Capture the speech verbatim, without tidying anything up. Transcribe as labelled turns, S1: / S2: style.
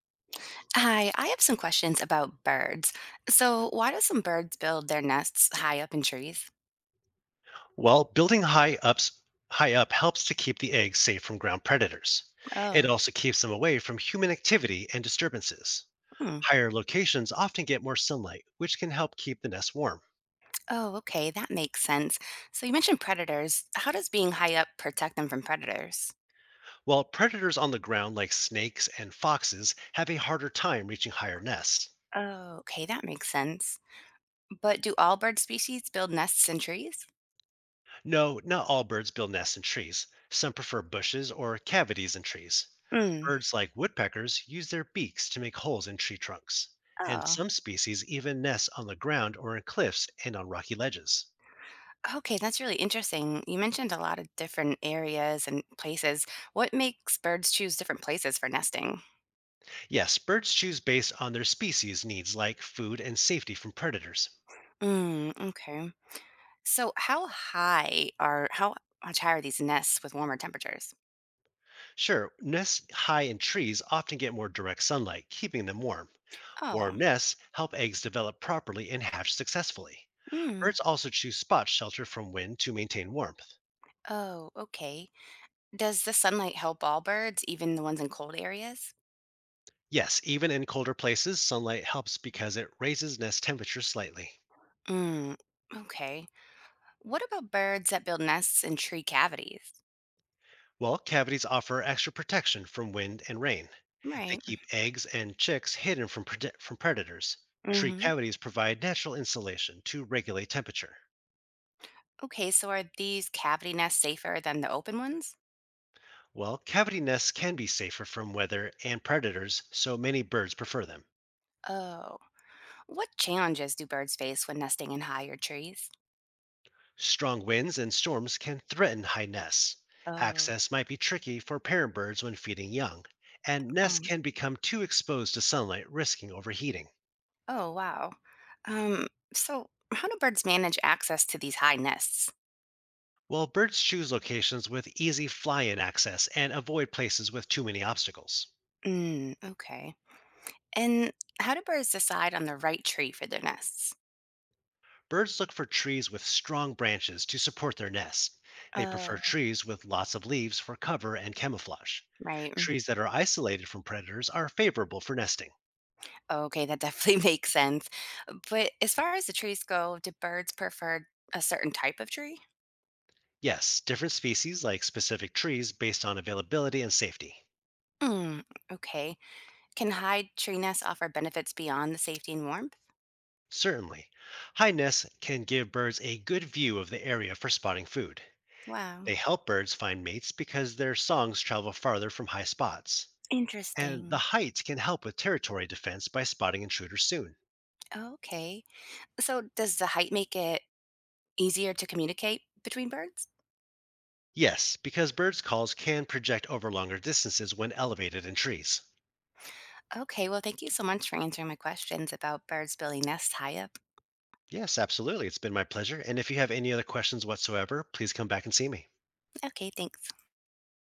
S1: Hi, I have some questions about birds. So, why do some birds build their nests high up in trees?
S2: Well, building high ups high up helps to keep the eggs safe from ground predators. It
S1: Oh,
S2: also keeps them away from human activity and disturbances.
S1: hmm.
S2: Higher locations often get more sunlight, which can help keep the nest warm.
S1: Oh, okay, that makes sense. So, you mentioned predators. How does being high up protect them from predators?
S2: While predators on the ground like snakes and foxes have a harder time reaching higher nests.
S1: Oh, okay, that makes sense. But do all bird species build nests in trees?
S2: No, not all birds build nests in trees. Some prefer bushes or cavities in trees.
S1: Hmm.
S2: Birds like woodpeckers use their beaks to make holes in tree trunks. And
S1: Oh,
S2: some species even nest on the ground or in cliffs and on rocky ledges.
S1: okay, that's really interesting. You mentioned a lot of different areas and places. What makes birds choose different places for nesting?
S2: Yes, birds choose based on their species needs like food and safety from predators.
S1: Hmm, okay. So how high are how much higher are these nests with warmer temperatures?
S2: Sure, nests high in trees often get more direct sunlight, keeping them warm. Warm
S1: Oh,
S2: nests help eggs develop properly and hatch successfully.
S1: mm.
S2: Birds also choose spots sheltered from wind to maintain warmth.
S1: Oh, okay. Does the sunlight help all birds, even the ones in cold areas?
S2: Yes, even in colder places, sunlight helps because it raises nest temperature slightly.
S1: Mm, okay. What about birds that build nests in tree cavities?
S2: Well, cavities offer extra protection from wind and rain. They
S1: Right.
S2: keep eggs and chicks hidden from, prede- from predators. Tree
S1: Mm-hmm.
S2: cavities provide natural insulation to regulate temperature.
S1: Okay, so are these cavity nests safer than the open ones?
S2: Well, cavity nests can be safer from weather and predators, so many birds prefer them.
S1: Oh. What challenges do birds face when nesting in higher trees?
S2: Strong winds and storms can threaten high nests.
S1: Oh.
S2: Access might be tricky for parent birds when feeding young, and nests can become too exposed to sunlight, risking overheating.
S1: Oh, wow. Um, so how do birds manage access to these high nests?
S2: While birds choose locations with easy fly in access and avoid places with too many obstacles.
S1: Mm, okay. And how do birds decide on the right tree for their nests?
S2: Birds look for trees with strong branches to support their nests. They prefer
S1: Oh,
S2: trees with lots of leaves for cover and camouflage.
S1: right.
S2: Trees that are isolated from predators are favorable for nesting.
S1: Okay, that definitely makes sense. But as far as the trees go, do birds prefer a certain type of tree?
S2: Yes, different species like specific trees based on availability and safety.
S1: Mm, okay. Can high tree nests offer benefits beyond the safety and warmth?
S2: Certainly. High nests can give birds a good view of the area for spotting food.
S1: Wow.
S2: They help birds find mates because their songs travel farther from high spots. And the
S1: Interesting.
S2: height can help with territory defense by spotting intruders soon.
S1: Okay. So does the height make it easier to communicate between birds?
S2: Yes, because birds' calls can project over longer distances when elevated in trees.
S1: Okay, well, thank you so much for answering my questions about birds building nests high up.
S2: Yes, absolutely. It's been my pleasure. And if you have any other questions whatsoever, please come back and see me.
S1: Okay, thanks.